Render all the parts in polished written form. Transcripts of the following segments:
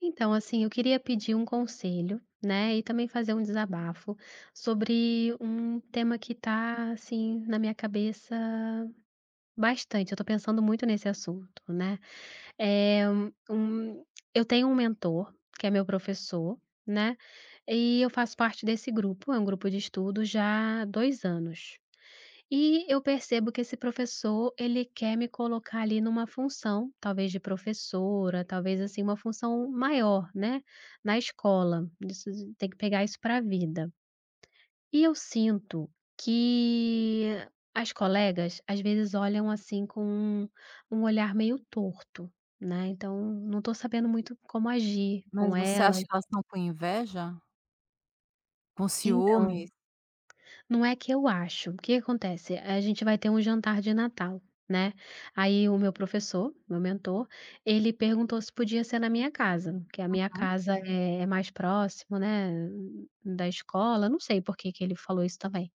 Então, assim, eu queria pedir um conselho, né, e também fazer um desabafo sobre um tema que tá, assim, na minha cabeça bastante. Eu tô pensando muito nesse assunto, né? É, um, um- eu tenho um mentor, que é meu professor, né? E eu faço parte desse grupo, é um grupo de estudo já há 2 anos. E eu percebo que esse professor, ele quer me colocar ali numa função, talvez de professora, talvez assim uma função maior, né, na escola. Isso tem que pegar isso para a vida. E eu sinto que as colegas às vezes olham assim com um olhar meio torto, né. Então não estou sabendo muito como agir com Mas você acha elas. que elas estão com inveja? Com ciúmes? Então, não é que eu acho. O que que acontece? A gente vai ter um jantar de Natal, né. Aí o meu professor, meu mentor, ele perguntou se podia ser na minha casa, que a minha Uhum. casa é mais próximo, né, da escola, não sei por que que ele falou isso também.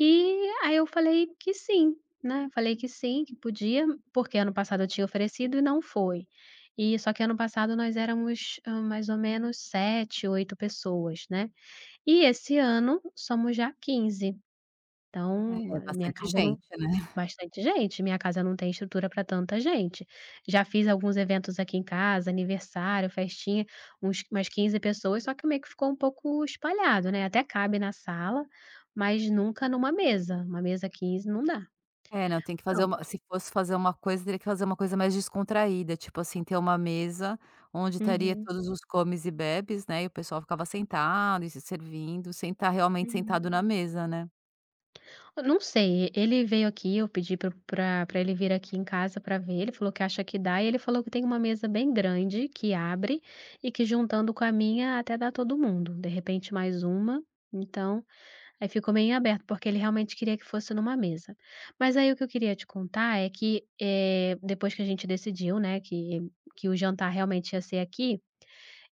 E aí eu falei que sim, né, falei que sim, que podia, porque ano passado eu tinha oferecido e não foi. E só que ano passado nós éramos, mais ou menos 7, 8 pessoas, né. E esse ano somos já 15. Então, a É minha bastante casa não. gente, né. Bastante gente, minha casa não tem estrutura para tanta gente. Já fiz alguns eventos aqui em casa, aniversário, festinha, uns umas 15 pessoas, só que meio que ficou um pouco espalhado, né, até cabe na sala, mas nunca numa mesa, uma mesa 15, não dá. É, não, tem que fazer uma Pronto. se fosse fazer uma coisa, teria que fazer uma coisa mais descontraída, tipo assim, ter uma mesa onde estaria Uhum. todos os comes e bebes, né, e o pessoal ficava sentado e se servindo, sem estar realmente Uhum. sentado na mesa, né. Eu não sei, ele veio aqui, eu pedi pra ele vir aqui em casa pra ver, ele falou que acha que dá e ele falou que tem uma mesa bem grande que abre e que juntando com a minha até dá todo mundo, de repente mais uma, então, aí ficou meio em aberto, porque ele realmente queria que fosse numa mesa. Mas aí o que eu queria te contar é que, depois que a gente decidiu, né, que o jantar realmente ia ser aqui,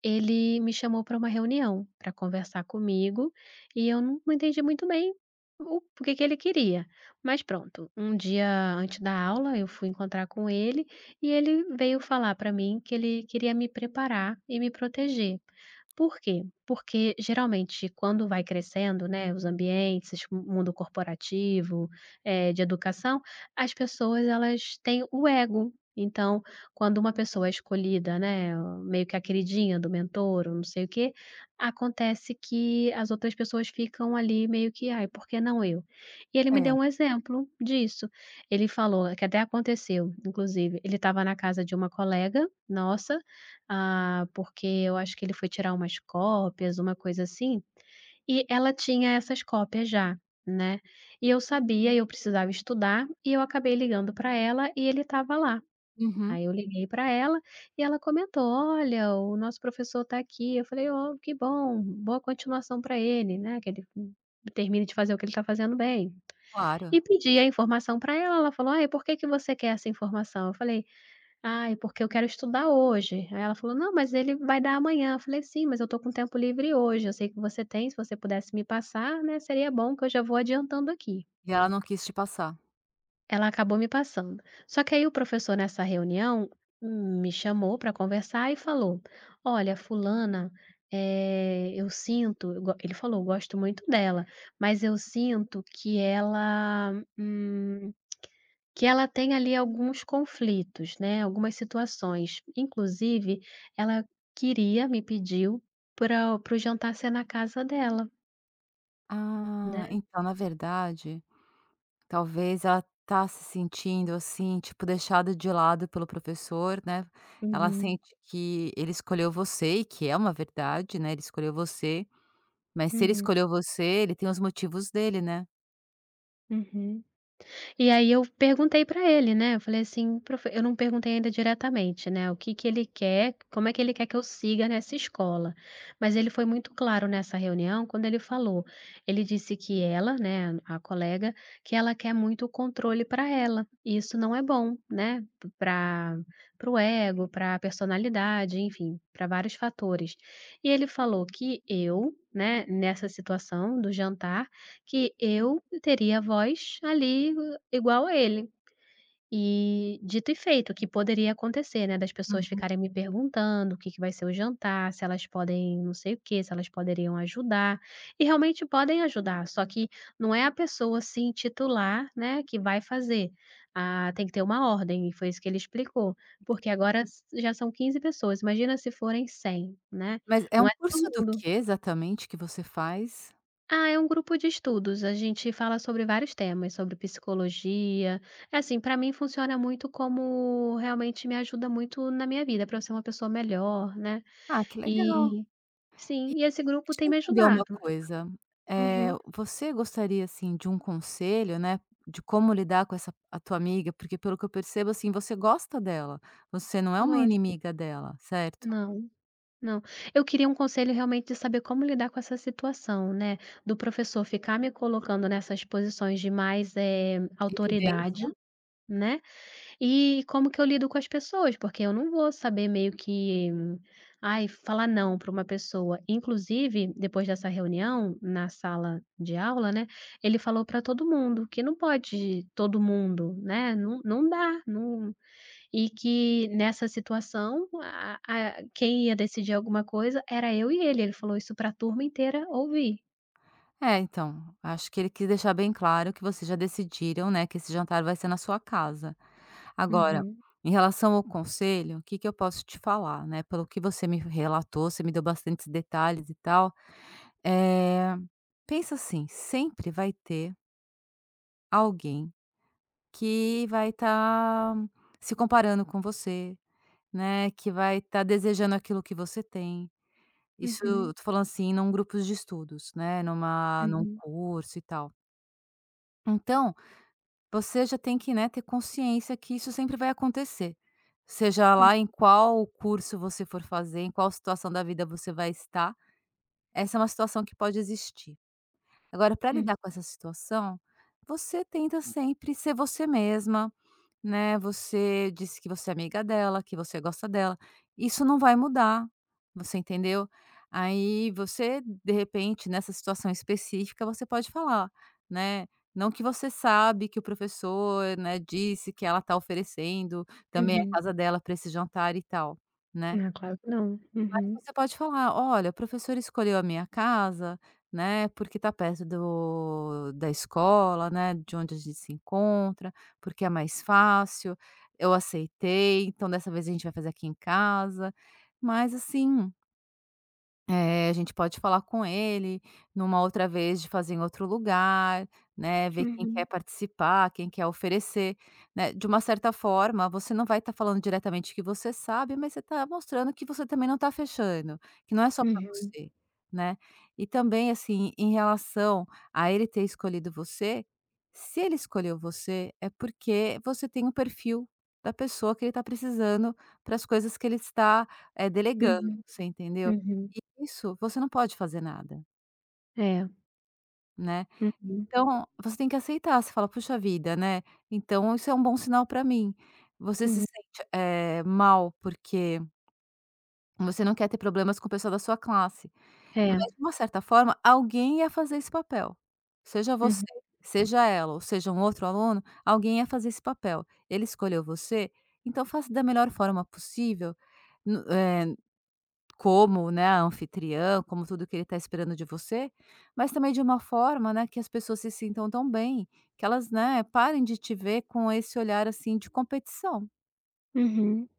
ele me chamou para uma reunião, para conversar comigo, e eu não entendi muito bem o que que ele queria. Mas pronto, um dia antes da aula eu fui encontrar com ele, e ele veio falar para mim que ele queria me preparar e me proteger. Por quê? Porque geralmente quando vai crescendo, né, os ambientes, o mundo corporativo, de educação, as pessoas elas têm o ego. Então quando uma pessoa é escolhida, né, meio que a queridinha do mentor ou não sei o quê, acontece que as outras pessoas ficam ali meio que: "Ai, por que não eu?". E ele me É. deu um exemplo disso. Ele falou que até aconteceu, inclusive, ele estava na casa de uma colega nossa, ah, porque eu acho que ele foi tirar umas cópias, uma coisa assim, e ela tinha essas cópias já, né, e eu sabia, eu precisava estudar, e eu acabei ligando para ela e ele estava lá. Uhum, Aí eu liguei para ela e ela comentou: "Olha, o nosso professor está aqui". Eu falei: "Oh, que bom, boa continuação para ele, né, que ele termine de fazer o que ele está fazendo bem". claro. E pedi a informação para ela, ela falou: "Ai, por que que você quer essa informação?". Eu falei: "Ai, porque eu quero estudar hoje". Aí ela falou: "Não, mas ele vai dar amanhã". Eu falei: "Sim, mas eu estou com tempo livre hoje, eu sei que você tem, se você pudesse me passar, né, seria bom que eu já vou adiantando aqui". E ela não quis te passar. Ela acabou me passando. Só que aí o professor nessa reunião me chamou para conversar e falou: "Olha, fulana, eu sinto", eu go ele falou: "Eu gosto muito dela, mas eu sinto hum, que ela tem ali alguns conflitos, né, algumas situações. Inclusive, ela queria, me pediu para o jantar ser na casa dela, Ah, né". então, na verdade talvez ela tá se sentindo, assim, tipo, deixada de lado pelo professor, né. Ela Uhum, sente que ele escolheu você e que é uma verdade, né, ele escolheu você, mas se ele uhum, escolheu você, ele tem os motivos dele, né. uhum. E aí eu perguntei para ele, né, eu falei assim: "Profe", eu não perguntei ainda diretamente, né, o que que ele quer, como é que ele quer que eu siga nessa escola. Mas ele foi muito claro nessa reunião quando ele falou, ele disse que ela, né, a colega, que ela quer muito o controle para ela, e isso não é bom, né, pra, para o ego, pra personalidade, enfim, para vários fatores. E ele falou que eu, né, nessa situação do jantar, que eu teria voz ali igual a ele. E dito e feito, o que poderia acontecer, né, das pessoas Uhum. ficarem me perguntando o que que vai ser o jantar, se elas podem não sei o quê, se elas poderiam ajudar, e realmente podem ajudar, só que não é a pessoa se titular, né, que vai fazer. Ah, tem que ter uma ordem, e foi isso que ele explicou, porque agora s já são 15 pessoas, imagina se forem 100, né, Mas é não um é todo curso do mundo. que exatamente que você faz? Ah, é um grupo de estudos, a gente fala sobre vários temas, sobre psicologia. É assim, para mim funciona muito, como realmente me ajuda muito na minha vida, para eu ser uma pessoa melhor, né. Ah, que legal. E sim, e esse grupo Deixa tem eu me entender uma ajudado. coisa, Uhum, uhum, você gostaria, assim, de um conselho, né, de como lidar com essa a tua amiga? Porque pelo que eu percebo, assim, você gosta dela, você não é uma gosto. inimiga dela, certo? Não, não. Eu queria um conselho realmente de saber como lidar com essa situação, né, do professor ficar me colocando nessas posições de mais, Evidência. autoridade, né. E como que eu lido com as pessoas, porque eu não vou saber meio que, ai, falar não para uma pessoa. Inclusive, depois dessa reunião na sala de aula, né, ele falou para todo mundo que não pode todo mundo, né, não dá, não, e que nessa situação a quem ia decidir alguma coisa era eu e ele falou isso para a turma inteira ouvir. É, então, acho que ele quis deixar bem claro que vocês já decidiram, né, que esse jantar vai ser na sua casa. Agora, Uhum, em relação ao conselho, o que que eu posso te falar, né, pelo que você me relatou, você me deu bastantes detalhes e tal, eh, pensa assim, sempre vai ter alguém que vai estar se comparando com você, né, que vai estar desejando aquilo que você tem. Isso eu uhum, tô falando, assim, num grupos de estudos, né, numa num uhum, curso e tal. Então, você já tem que, né, ter consciência que isso sempre vai acontecer, seja hum, lá em qual curso você for fazer, em qual situação da vida você vai estar, essa é uma situação que pode existir. Agora para hum, lidar com essa situação, você tenta sempre ser você mesma, né, você disse que você é amiga dela, que você gosta dela. Isso não vai mudar, você entendeu? Aí você, de repente, nessa situação específica, você pode falar, né? Não que você sabe que o professor, né, disse que ela está oferecendo também a uhum. casa dela para esse jantar e tal, né? Ah, claro que não. Uhum, Mas você pode falar: "Olha, o professor escolheu a minha casa, né, porque está perto do da escola, né, de onde a gente se encontra, porque é mais fácil, eu aceitei, então dessa vez a gente vai fazer aqui em casa". Mas assim é, a gente pode falar com ele numa outra vez de fazer em outro lugar, né, ver quem quer uhum, participar, quem quer oferecer, né. De uma certa forma, você não vai estar falando diretamente que você sabe, mas você está mostrando que você também não está fechando, que não é só para uhum. você, né. E também, assim, em relação a ele ter escolhido você, se ele escolheu você, é porque você tem o perfil da pessoa que ele está precisando para as coisas que ele está, delegando, Uhum, você entendeu? uhum. Isso, você não pode fazer nada, É, né. uhum, Então, você tem que aceitar, você fala: "Puxa vida, né, então isso é um bom sinal pra mim". Você se uhum. sente, mal porque você não quer ter problemas com o pessoal da sua classe, É, mas de uma certa forma alguém ia fazer esse papel. Seja você, uhum, seja ela ou seja um outro aluno, alguém ia fazer esse papel. Ele escolheu você, então faça da melhor forma possível eh como, né, a anfitriã, como tudo que ele está esperando de você, mas também de uma forma, né, que as pessoas se sintam tão bem, que elas, né, parem de te ver com esse olhar, assim, de competição. uhum,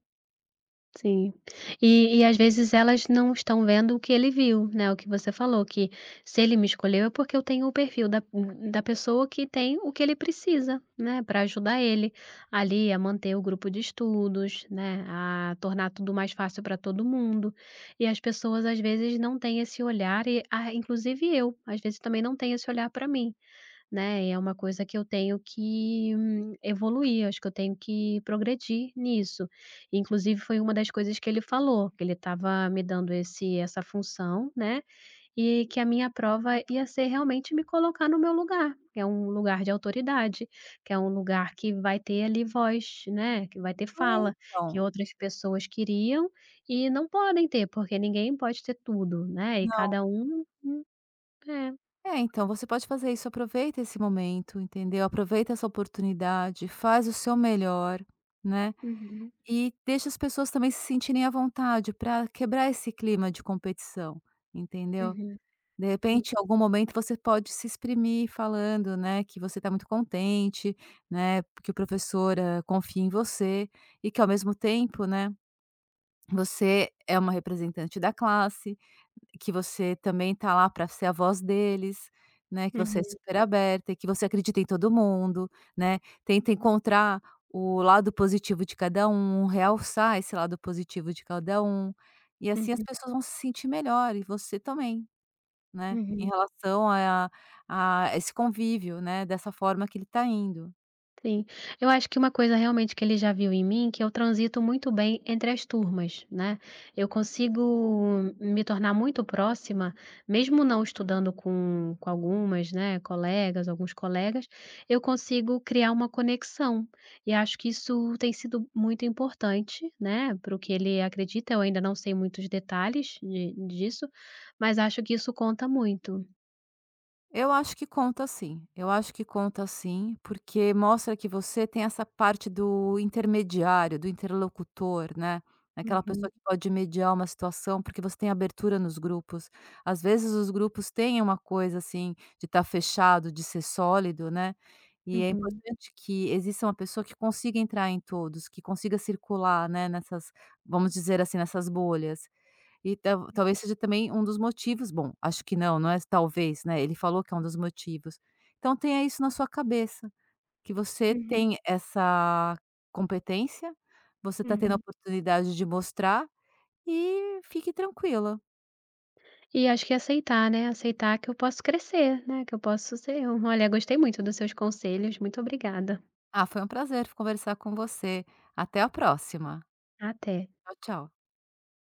sim. E às vezes elas não estão vendo o que ele viu, né, o que você falou, que se ele me escolheu é porque eu tenho o perfil da da pessoa que tem o que ele precisa, né, pra ajudar ele ali a manter o grupo de estudos, né, a tornar tudo mais fácil pra todo mundo. E as pessoas às vezes não têm esse olhar e, ah, inclusive eu, às vezes também não tenho esse olhar pra mim. Né, e é uma coisa que eu tenho que evoluir, acho que eu tenho que progredir nisso. Inclusive foi uma das coisas que ele falou, que ele estava me dando esse essa função, né, e que a minha prova ia ser realmente me colocar no meu lugar, que é um lugar de autoridade, que é um lugar que vai ter ali voz, né, que vai ter É, fala, que então. outras pessoas queriam e não podem ter, porque ninguém pode ter tudo, né, e Não. cada um é. É, então, você pode fazer isso, aproveita esse momento, entendeu? Aproveita essa oportunidade, faz o seu melhor, né, Uhum, e deixa as pessoas também se sentirem à vontade para quebrar esse clima de competição, entendeu? uhum, De hum, repente, em algum momento você pode se exprimir falando, né, que você está muito contente, né, que o professor, confia em você e que ao mesmo tempo, né, você é uma representante da classe, que você também está lá para ser a voz deles, né, que você é uhum. super aberta e que você acredita em todo mundo, né. Tenta encontrar o lado positivo de cada um, realçar esse lado positivo de cada um, e assim as Uhum, pessoas vão se sentir melhor e você também. Né, em uhum, relação a esse convívio, né, dessa forma que ele está indo. sim. Eu acho que uma coisa realmente que ele já viu em mim, que eu transito muito bem entre as turmas, né. Eu consigo me tornar muito próxima, mesmo não estudando com algumas, né, colegas, alguns colegas, eu consigo criar uma conexão. E acho que isso tem sido muito importante, né, para o que ele acredita, eu ainda não sei muitos detalhes de disso, mas acho que isso conta muito. Eu acho que conta sim. Eu acho que conta sim, porque mostra que você tem essa parte do intermediário, do interlocutor, né. Aquela Uhum, pessoa que pode mediar uma situação, porque você tem abertura nos grupos. Às vezes os grupos têm uma coisa, assim, de estar fechado, de ser sólido, né. E é uhum, importante que exista uma pessoa que consiga entrar em todos, que consiga circular, né, nessas vamos dizer assim, nessas bolhas. E tal talvez seja também um dos motivos bom, acho que não, não é talvez, né, ele falou que é um dos motivos. Então tenha isso na sua cabeça, que você uhum, tem essa competência, você está tendo a uhum. oportunidade de mostrar e fique tranquila. E acho que aceitar, né, aceitar que eu posso crescer, né, que eu posso ser eu. Olha, gostei muito dos seus conselhos, muito obrigada. Ah, foi um prazer conversar com você. Até a próxima. Até. Tchau, tchau.